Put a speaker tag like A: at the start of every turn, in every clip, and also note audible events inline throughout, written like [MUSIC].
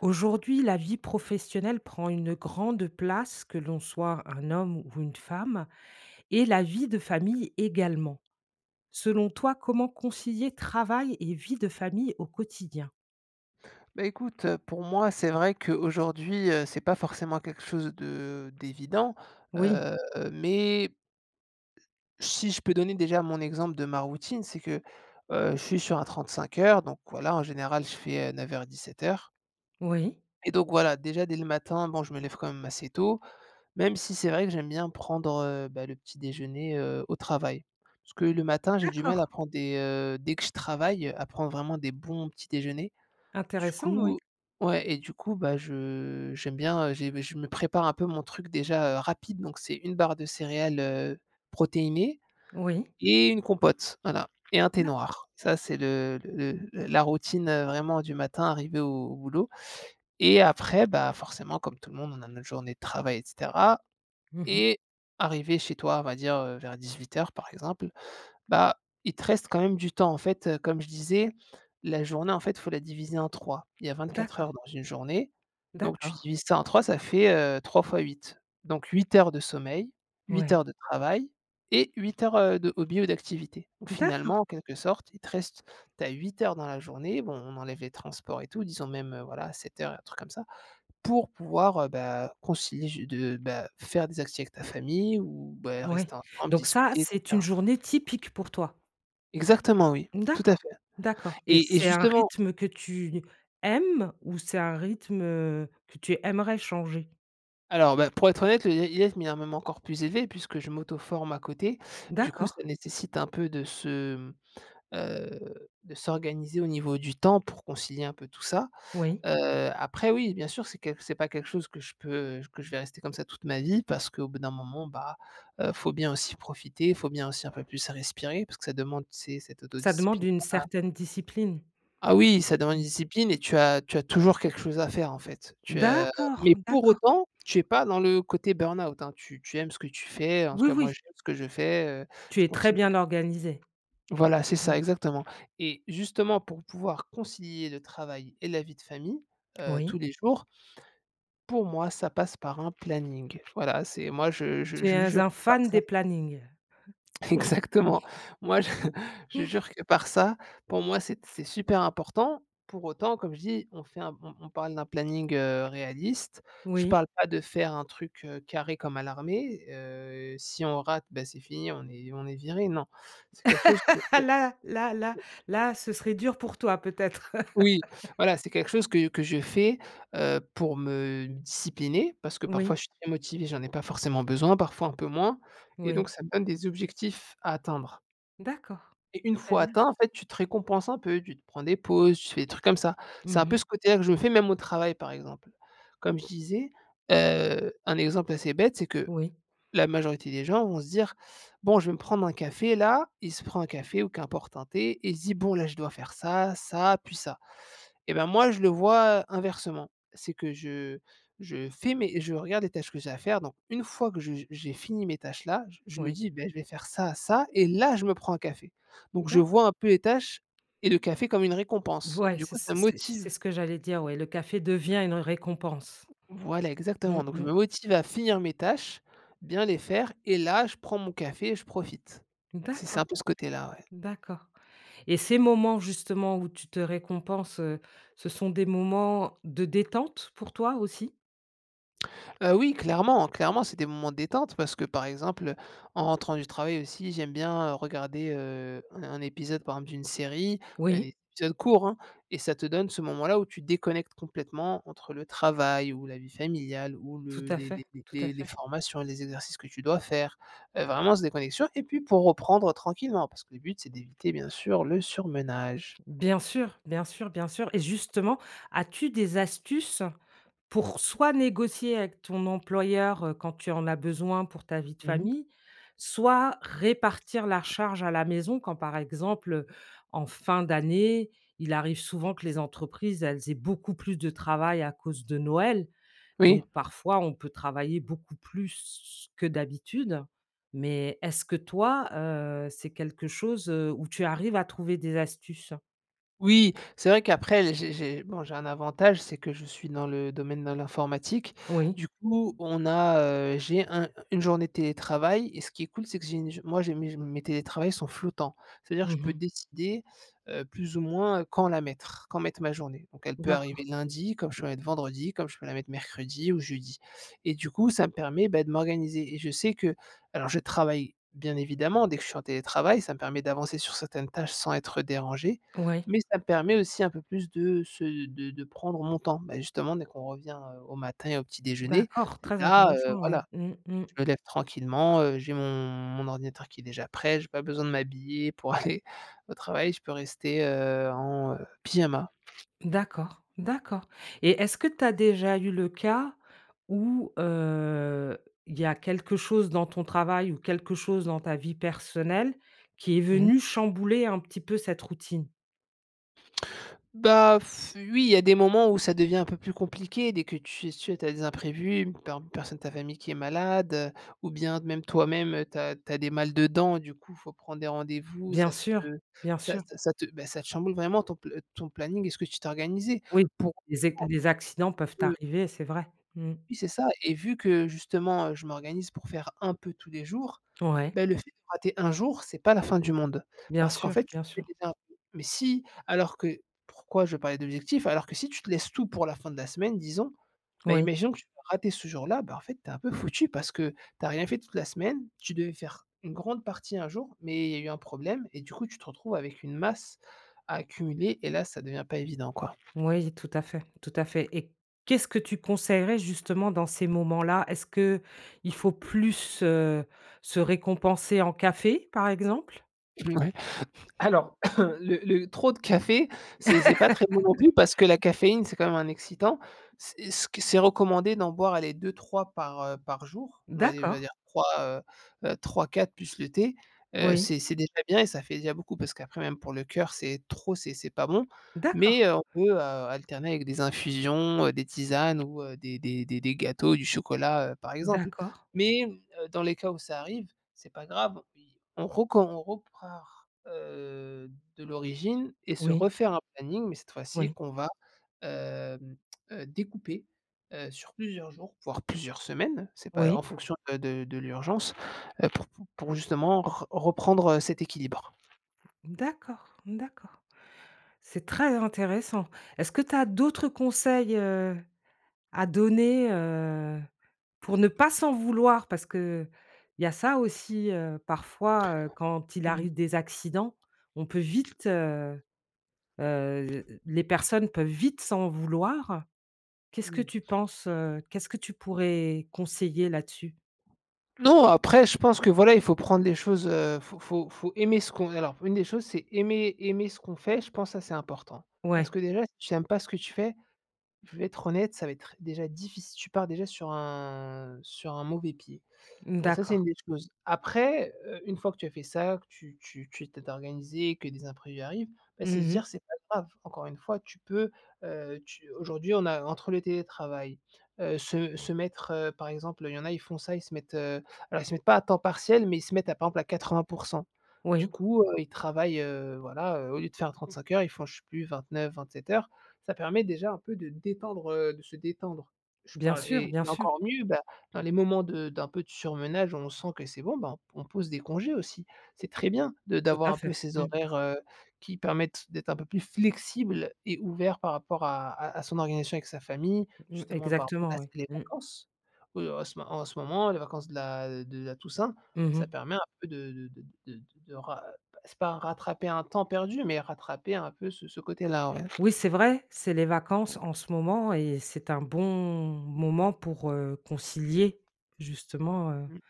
A: Aujourd'hui, la vie professionnelle prend une grande place, que l'on soit un homme ou une femme, et la vie de famille également. Selon toi, comment concilier travail et vie de famille au quotidien?
B: Bah, écoute, pour moi, c'est vrai qu'aujourd'hui, c'est pas forcément quelque chose de d'évident,
A: Oui,
B: heu, mais si je peux donner déjà mon exemple de ma routine, c'est que, je suis sur un 35 heures, donc voilà, en général, je fais, 900 heures.
A: oui.
B: Et donc voilà, déjà dès le matin, bon, je me lève quand même assez tôt, même si c'est vrai que j'aime bien prendre, le petit déjeuner, au travail. Parce que le matin, j'ai du mal
A: D'accord.
B: à prendre des, dès que je travaille, à prendre vraiment des bons petits déjeuners. Du
A: Intéressant, oui.
B: coup ouais, et du coup, bah, je j'aime bien, j'ai bah, je me prépare un peu mon truc déjà, rapide, donc c'est une barre de céréales, protéinées,
A: Oui.
B: et une compote, voilà, et un thé
A: D'accord.
B: noir. Ça, c'est le la routine, vraiment du matin arrivé au boulot, et après, bah, forcément comme tout le monde, on a notre journée de travail, et cetera,
A: Mmh.
B: et arrivé chez toi, on va dire, vers 18 h, par exemple, bah, il te reste quand même du temps. En fait, comme je disais, la journée, en fait, faut la diviser en 3. Il y a 24 heures
A: D'accord,
B: dans une journée, donc tu
A: d'accord.
B: divises ça en 3, ça fait, 3 fois 8. Donc 8 heures de sommeil, huit
A: Oui.
B: heures de travail, et 8 heures, de hobby ou d'activité. Donc finalement,
A: D'accord.
B: en quelque sorte, il te reste, tu as 8 heures dans la journée, bon, on enlève les transports et tout, disons même, voilà, 7 heures, un truc comme ça, pour pouvoir, concilier faire des activités avec ta famille, ou, bah,
A: Oui.
B: rester ensemble,
A: Donc ça,
B: discuter, et...
A: c'est une journée typique pour toi?
B: Exactement, oui, tout à
A: D'accord,
B: fait.
A: d'accord, et
B: Et
A: c'est un
B: justement...
A: rythme que tu aimes ou c'est un rythme, que tu aimerais changer?
B: Alors, bah, pour être honnête, le I IELTS met même encore plus élevé puisque je m'auto-forme à côté. Du coup,
A: D'accord,
B: ça nécessite un peu de s'organiser au niveau du temps pour concilier un peu tout ça.
A: oui.
B: Heu, Après, oui, bien sûr, c'est pas quelque chose que je vais rester comme ça toute ma vie, parce qu'au bout d'un moment, bah, faut bien aussi profiter, faut bien aussi un peu plus respirer, parce que ça demande, tu sais, cette
A: Ça demande
B: autodiscipline.
A: une certaine discipline.
B: Ah oui, ça demande une
A: Mmh.
B: discipline, et tu as toujours quelque chose à faire, en fait. Tu as
A: D'accord,
B: Mais pour
A: d'accord.
B: autant, tu es pas dans le côté burn-out, hein. Tu aimes ce que tu fais, en tout
A: Oui,
B: cas moi
A: oui,
B: j'aime ce que je fais,
A: tu
B: je
A: es très
B: continue.
A: bien organisée.
B: Voilà, c'est ça,
A: Mmh.
B: exactement. Et justement pour pouvoir concilier le travail et la vie de famille,
A: Oui.
B: tous les jours, pour moi ça passe par un planning. Voilà, c'est moi je je
A: Tu
B: je
A: es
B: jure
A: un
B: par
A: fan
B: ça.
A: des plannings.
B: [LAUGHS] Exactement. Moi, je [LAUGHS] je jure que par ça, pour moi, c'est super important. Pour autant, comme je dis, on fait un on parle d'un planning, réaliste. Je
A: Oui.
B: parle
A: [LAUGHS]
B: pas de faire un truc, carré comme à l'armée. Si on rate, bah, c'est fini, on est viré, non. C'est quelque chose que
A: Ah là là là là, ce serait dur pour toi peut-être? [LAUGHS]
B: Oui, voilà, c'est quelque chose que je fais, pour me discipliner parce que parfois
A: Oui,
B: je suis très motivé, j'en ai pas forcément besoin, parfois un peu moins, et donc
A: oui.
B: ça me donne des objectifs à atteindre.
A: D'accord,
B: Et une
A: très
B: fois
A: bien.
B: atteint, en fait, tu te récompenses un peu, tu te prends des pauses, tu fais des trucs comme ça. C'est un peu
A: Mmh.
B: ce côté-là que je me fais même au travail, par exemple. Comme je disais, un exemple assez bête, c'est que
A: Oui,
B: la majorité des gens vont se dire: «Bon, je vais me prendre un café là». Il se prend un café, ou qu'importe un thé, et il se dit: «Bon là, je dois faire ça, ça, puis ça», et ben moi, je le vois inversement. C'est que je fais mes je regarde les tâches que j'ai à faire, donc une fois que je j'ai fini mes tâches là, je me
A: oui.
B: dis: ben je vais faire ça, ça», et là, je me prends un café. Donc je
A: D'accord.
B: vois un peu les tâches et le café comme une récompense.
A: Ouais,
B: Du
A: c'est
B: coup, ça
A: c'est
B: me
A: c'est c'est
B: motive.
A: ce que j'allais dire, ouais, le café devient une récompense.
B: Voilà, exactement.
A: Mmh
B: Donc je
A: mh.
B: me motive à finir mes tâches, bien les faire, et là, je prends mon café et je profite. C'est un
A: D'accord,
B: peu ce côté-là, ouais.
A: d'accord, et ces moments justement où tu te récompenses, ce sont des moments de détente pour toi aussi?
B: Oui, clairement, clairement, c'est des moments de détente parce que, par exemple, en rentrant du travail aussi, j'aime bien, regarder, un épisode, par exemple, d'une série, des
A: Oui,
B: épisodes courts, hein, et ça te donne ce moment-là où tu déconnectes complètement entre le travail, ou la vie familiale, ou
A: tout
B: le
A: à fait, tout à
B: les
A: fait.
B: formations, les exercices que tu dois faire, vraiment cette déconnexion, et puis pour reprendre tranquillement parce que le but, c'est d'éviter, bien sûr, le surmenage.
A: Bien sûr, bien sûr, bien sûr, et justement, as-tu des astuces? Pour soit négocier avec ton employeur, quand tu en as besoin pour ta vie de
B: Mmh.
A: famille, soit répartir la charge à la maison quand, par exemple, en fin d'année, il arrive souvent que les entreprises, elles aient beaucoup plus de travail à cause de Noël.
B: Oui.
A: Donc parfois, on peut travailler beaucoup plus que d'habitude. Mais est-ce que toi, c'est quelque chose, où tu arrives à trouver des astuces?
B: Oui, c'est vrai qu'après j'ai bon, j'ai un avantage, c'est que je suis dans le domaine de l'informatique.
A: Oui.
B: Du coup, on a, j'ai un une journée de télétravail, et ce qui est cool, c'est que j'ai une j moi j'ai mes télétravails sont flottants. C'est-à-dire que je peux
A: Mmh.
B: décider, plus ou moins quand la mettre, quand mettre ma journée. Donc elle peut arriver
A: D'accord.
B: lundi, comme je peux la mettre vendredi, comme je peux la mettre mercredi ou jeudi, et du coup, ça me permet, bah, de m'organiser, et je sais que... Alors je travaille bien évidemment dès que je suis en télétravail, ça me permet d'avancer sur certaines tâches sans être dérangé,
A: Oui.
B: mais ça me permet aussi un peu plus de se de prendre mon temps. Bah, justement, dès qu'on revient, au matin et au petit déjeuner,
A: D'accord, très
B: là,
A: intéressant, ouais.
B: voilà,
A: Mmh mh.
B: je me lève tranquillement, j'ai mon ordinateur qui est déjà prêt, j'ai pas besoin de m'habiller pour [LAUGHS] aller au travail, je peux rester, en, pyjama.
A: D'accord, d'accord, et est-ce que tu as déjà eu le cas où, il y a quelque chose dans ton travail ou quelque chose dans ta vie personnelle qui est
B: Mmh mh.
A: venu chambouler un petit peu cette routine?
B: Bah, pff, oui, il y a des moments où ça devient un peu plus compliqué dès que tu as des imprévus, une personne de ta famille qui est malade, ou bien même toi-même, tu as des mal de dents, du coup, faut prendre des rendez-vous,
A: Bien
B: ça te...
A: sûr, bien sûr.
B: ça te chamboule vraiment ton planning et ce que tu t'es organisé
A: Oui,
B: pour,
A: les accidents peuvent arriver, c'est vrai. Mmh.
B: oui, c'est ça, et vu que justement, je m'organise pour faire un peu tous les jours,
A: Ouais,
B: ben le fait de rater un jour, c'est pas la fin du monde.
A: bien
B: Parce qu'en
A: sûr,
B: fait, tu
A: bien
B: fais
A: sûr.
B: déjà un peu. Mais si, alors que... pourquoi je parlais d'objectifs? Alors que si tu te laisses tout pour la fin de la semaine, disons, ben
A: Oui.
B: imaginons que tu vas rater ce jour-là, ben en fait, t'es un peu foutu parce que t'as rien fait toute la semaine, tu devais faire une grande partie un jour, mais il y a eu un problème, et du coup, tu te retrouves avec une masse à accumuler, et là, ça devient pas évident, quoi.
A: Oui, tout à fait, tout à fait, et qu'est-ce que tu conseillerais justement dans ces moments-là? Est-ce que il faut plus, se récompenser en café, par exemple?
B: Donc... Alors, [LAUGHS] [CLEARS THROAT] le trop de café, c'est pas très bon non plus parce que la caféine, c'est quand même un excitant. C'est ce que c'est recommandé d'en boire, allez, deux trois par jour. On va dire,
A: D'accord,
B: 3, 3-4 plus le thé. Heu,
A: oui,
B: c'est c'est déjà bien, et ça fait déjà beaucoup parce qu'après même pour le cœur, c'est trop, c'est pas bon. Mais,
A: d'accord,
B: on peut, alterner avec des infusions, des tisanes, ou, des gâteaux, du chocolat, par exemple.
A: d'accord,
B: Mais, dans les cas où ça arrive, c'est pas grave, on repart, de l'origine, et se
A: oui,
B: refaire un planning, mais cette fois-ci
A: oui,
B: qu'on va, hem, découper, sur plusieurs jours, voire plusieurs semaines. C'est pas en
A: oui,
B: fonction de l'urgence, pour justement re reprendre, cet équilibre.
A: d'accord, d'accord. C'est très intéressant. Est-ce que tu as d'autres conseils, à donner, pour ne pas s'en vouloir, parce que il y a ça aussi, parfois, quand il
B: Mmh.
A: arrive des accidents, on peut vite, les personnes peuvent vite s'en vouloir. Qu'est-ce que
B: Mmh.
A: tu penses, qu'est-ce que tu pourrais conseiller là-dessus?
B: Non, après, je pense que voilà, il faut prendre les choses, faut faut faut aimer ce qu'on alors une des choses, c'est aimer ce qu'on fait, je pense que ça c'est important. Parce
A: Ouais,
B: que déjà, si tu aimes pas ce que tu fais, je vais être honnête, ça va être déjà difficile, tu pars déjà sur un mauvais pied.
A: mmh,
B: Ça, c'est
A: d'accord.
B: une des choses. Après, une fois que tu as fait ça, que tu t'es organisé, que des imprévus arrivent, bah, c'est se
A: Mmh.
B: dire: «C'est pas grave». Encore une fois, tu peux, tu aujourd'hui, on a entre le télétravail, se mettre, par exemple, il y en a, ils font ça, ils se mettent, alors ils se mettent pas à temps partiel, mais ils se mettent à, par exemple, à 80%. Du
A: Oui,
B: coup, ils travaillent, voilà, au lieu de faire 35 heures, ils font, je sais plus, 27 heures. Ça permet déjà un peu de détendre, de se détendre. Je
A: bien
B: parle
A: sûr,
B: et
A: bien
B: et
A: sûr.
B: encore mieux, bah dans les moments de d'un peu de surmenage, on sent que c'est bon, ben, on pose des congés aussi. C'est très bien de
A: Tout
B: d'avoir
A: à
B: un peu
A: fait.
B: ces
A: Mmh,
B: horaires, qui permettent d'être un peu plus flexible et ouvert par rapport à son organisation avec sa famille,
A: mmh,
B: justement par
A: exactement,
B: là,
A: oui.
B: les
A: Mmh.
B: vacances. En ce moment, les vacances de la Toussaint, ça
A: Mmh.
B: permet un peu de ra c'est pas rattraper un temps perdu, mais rattraper un peu ce côté-là, ouais.
A: Oui, c'est vrai, c'est les vacances en ce moment, et c'est un bon moment pour, concilier justement,
B: Mmh.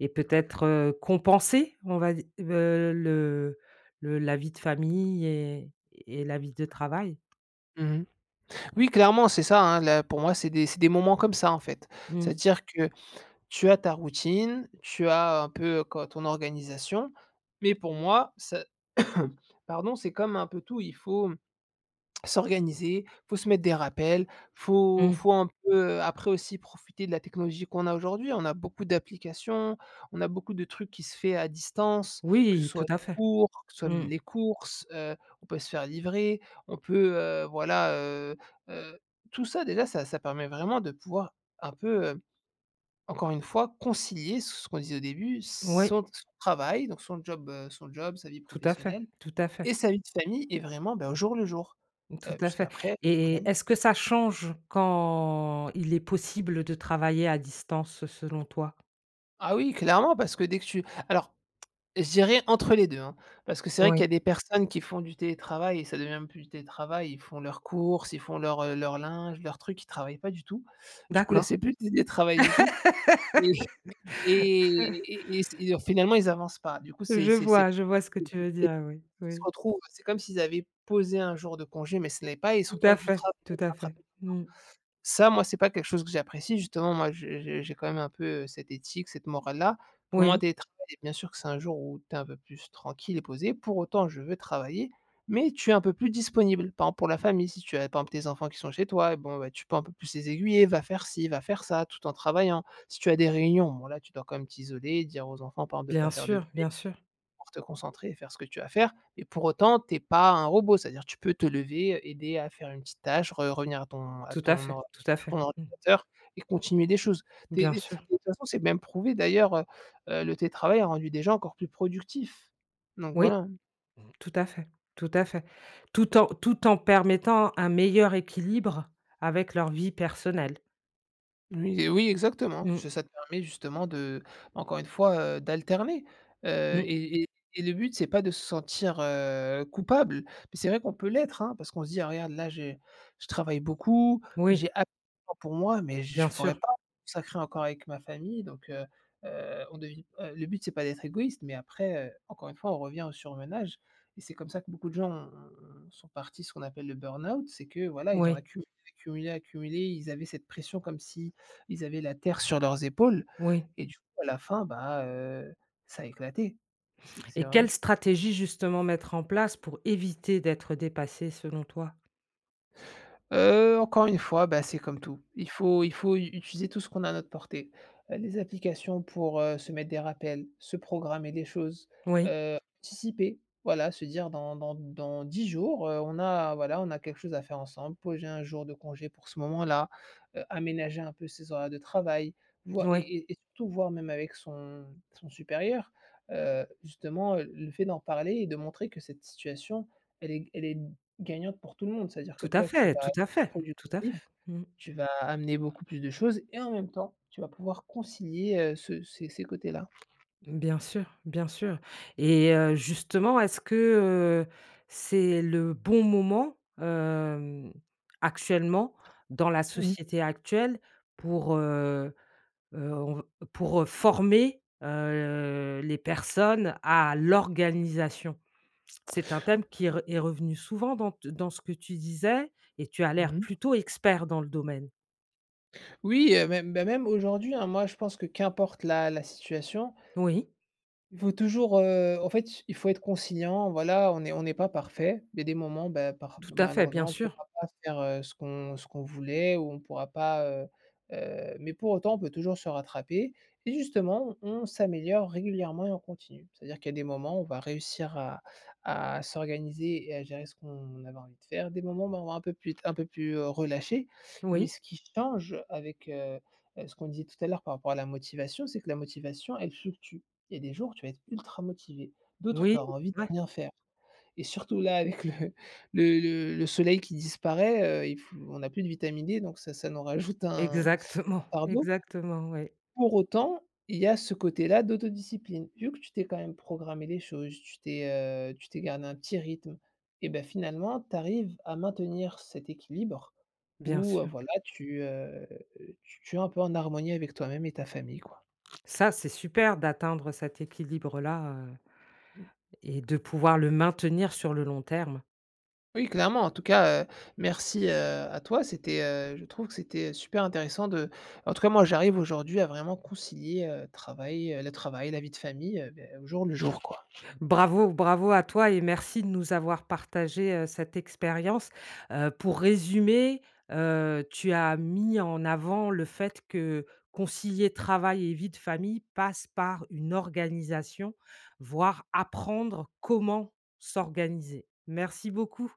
A: et peut-être, compenser, on va di le la vie de famille et la vie de travail.
B: Mmh. Oui, clairement, c'est ça, hein, là, pour moi, c'est des moments comme ça, en fait.
A: Mmh,
B: C'est-à-dire que tu as ta routine, tu as un peu, co ton organisation, mais pour moi, ça [COUGHS] pardon, c'est comme un peu tout, il faut s'organiser, faut se mettre des rappels, faut
A: mmh.
B: faut un peu après aussi profiter de la technologie qu'on a aujourd'hui. On a beaucoup d'applications, on a beaucoup de trucs qui se fait à distance, que ce
A: Oui,
B: soit
A: tout à
B: les
A: fait.
B: cours, que ce soit
A: Mmh.
B: même les courses, on peut se faire livrer, on peut, heu, tout ça déjà ça permet vraiment de pouvoir un peu, encore une fois, concilier ce qu'on disait au début,
A: Oui,
B: son travail, donc son job, sa vie
A: tout à fait,
B: professionnelle et sa vie de famille et vraiment, bah, au jour le jour,
A: tout à fait,
B: puisqu'après tu
A: et
B: t'organises.
A: est-ce que ça change quand il est possible de travailler à distance selon toi?
B: Ah oui, clairement, parce que dès que tu alors, je dirais entre les 2, hein, parce que c'est vrai qu'il y
A: Oui,
B: a des personnes qui font du télétravail et ça devient même plus du télétravail, ils font leurs courses, ils font leur linge, leurs trucs, ils travaillent pas du tout. Du coup, là,
A: d'accord.
B: c'est plus du télétravail du tout et et c et finalement, ils avancent pas. Du coup,
A: Je vois ce que tu veux
B: c'est
A: dire, oui,
B: qui se
A: oui.
B: retrouvent, c'est comme s'ils avaient posé un jour de congé, mais ce n'est pas et ils se
A: Tout
B: retrouvent
A: à
B: avec du
A: fait,
B: travail
A: tout à
B: à
A: fait.
B: rattraper.
A: Mmh.
B: Ça, moi, c'est pas quelque chose que j'apprécie, justement, moi, je j'ai quand même un peu, cette éthique, cette morale-là. Pour moi,
A: Oui,
B: télétravail, bien sûr que c'est un jour où tu es un peu plus tranquille et posé. Pour autant, je veux travailler, mais tu es un peu plus disponible. Par exemple, pour la famille, si tu as, par exemple, tes enfants qui sont chez toi, bon, bah, tu peux un peu plus les aiguiller: «Va faire ci, va faire ça», tout en travaillant. Si tu as des réunions, bon, là, tu dois quand même t'isoler, dire aux enfants, par exemple, de ne pas
A: bien
B: faire de
A: sûr, bien sûr.
B: pour te concentrer et faire ce que tu as à faire, mais pour autant, tu es pas un robot. C'est-à-dire tu peux te lever, aider à faire une petite tâche, re revenir à
A: Tout à
B: ton
A: fait,
B: or
A: tout à
B: sur ton
A: fait. Mmh.
B: ordinateur et continuer des choses. Tu
A: Bien
B: et de
A: sûr.
B: toute façon, c'est même prouvé d'ailleurs, le télétravail a rendu des gens encore plus productifs. Donc
A: Oui,
B: voilà.
A: tout à fait, tout à fait. Tout en permettant un meilleur équilibre avec leur vie personnelle.
B: Oui et oui, exactement.
A: Mmh,
B: Ça te permet justement de encore une fois, d'alterner, heu
A: mmh.
B: et et et le but, c'est pas de se sentir, coupable. Mais c'est vrai qu'on peut l'être, hein, parce qu'on se dit: «Ah regarde, là, j'ai je travaille beaucoup, j'ai
A: Oui,
B: à pour moi, mais je
A: bien
B: pourrais
A: sûr.
B: pas me consacrer encore avec ma famille», on devient le but, c'est pas d'être égoïste, mais après, encore une fois, on revient au surmenage et c'est comme ça que beaucoup de gens ont ont sont partis ce qu'on appelle le burn-out. C'est que, voilà, ils ont
A: Oui,
B: accumulé, accumulé, accumulé, ils avaient cette pression comme si ils avaient la terre sur leurs épaules
A: oui.
B: et du coup à la fin, bah, ça a éclaté. C'est
A: Et
B: c'est voilà.
A: quelle stratégie justement mettre en place pour éviter d'être dépassé selon toi?
B: Encore une fois, bah, c'est comme tout. Il faut u utiliser tout ce qu'on a à notre portée. Les applications pour, se mettre des rappels, se programmer des choses.
A: Oui,
B: Anticiper, voilà, se dire dans 10 jours, on a voilà, on a quelque chose à faire ensemble, poser un jour de congé pour ce moment-là, aménager un peu ses horaires de travail, voi
A: oui.
B: et surtout voir même avec son supérieur, justement, le fait d'en parler et de montrer que cette situation, elle est gagnante pour tout le monde. C'est-à-dire que
A: Tout à
B: toi, tu
A: fait,
B: vas
A: tout à
B: être
A: fait, tout à fait.
B: productif,
A: Mmh.
B: tu vas amener beaucoup plus de choses et en même temps, tu vas pouvoir concilier, ce ces ces côtés-là.
A: Bien sûr et justement, est-ce que, c'est le bon moment, actuellement, dans la
B: Mmh mh.
A: société actuelle pour, on pour former, les personnes à l'organisation? C'est un thème qui est revenu souvent dans t dans ce que tu disais, et tu as l'air
B: Mmh.
A: plutôt expert dans le domaine.
B: Oui, même, bah, même aujourd'hui, hein, moi je pense que qu'importe la situation,
A: Oui,
B: il faut toujours, en fait, il faut être conciliant, voilà, on n'est pas parfait. Il y a des moments, bah, par
A: tout à fait, bien
B: malheureusement, on ne
A: sûr.
B: pourra pas faire, ce qu'on voulait ou on pourra pas, mais pour autant, on peut toujours se rattraper et justement, on s'améliore régulièrement et en continu. C'est-à-dire qu'il y a des moments, où on va réussir à s'organiser et à gérer ce qu'on avait envie de faire. Des moments, où on va un peu plus, relâcher, mais
A: Oui,
B: ce qui change avec, ce qu'on disait tout à l'heure par rapport à la motivation, c'est que la motivation, elle fluctue. Il y a des jours, tu vas être ultra motivé, d'autres, tu
A: oui,
B: auras envie
A: c'est
B: de rien faire et surtout là, avec le soleil qui disparaît, il faut on n'a plus de vitamine D, donc ça nous rajoute un
A: exactement,
B: fardeau.
A: exactement, oui.
B: Pour autant, il y a ce côté-là d'autodiscipline. Vu que tu t'es quand même programmé les choses, tu t'es gardé un petit rythme et ben finalement, tu arrives à maintenir cet équilibre
A: Bien
B: où,
A: sûr.
B: voilà, tu, tu es un peu en harmonie avec toi-même et ta famille, quoi.
A: Ça, c'est super d'atteindre cet équilibre-là, et de pouvoir le maintenir sur le long terme.
B: Oui, clairement. En tout cas, merci, à toi. C'était, je trouve que c'était super intéressant de en tout cas, moi, j'arrive aujourd'hui à vraiment concilier, le travail, la vie de famille, beh, au jour le jour, quoi.
A: Bravo, bravo à toi, et merci de nous avoir partagé, cette expérience. Pour résumer, tu as mis en avant le fait que concilier travail et vie de famille passe par une organisation, voire apprendre comment s'organiser. Merci beaucoup.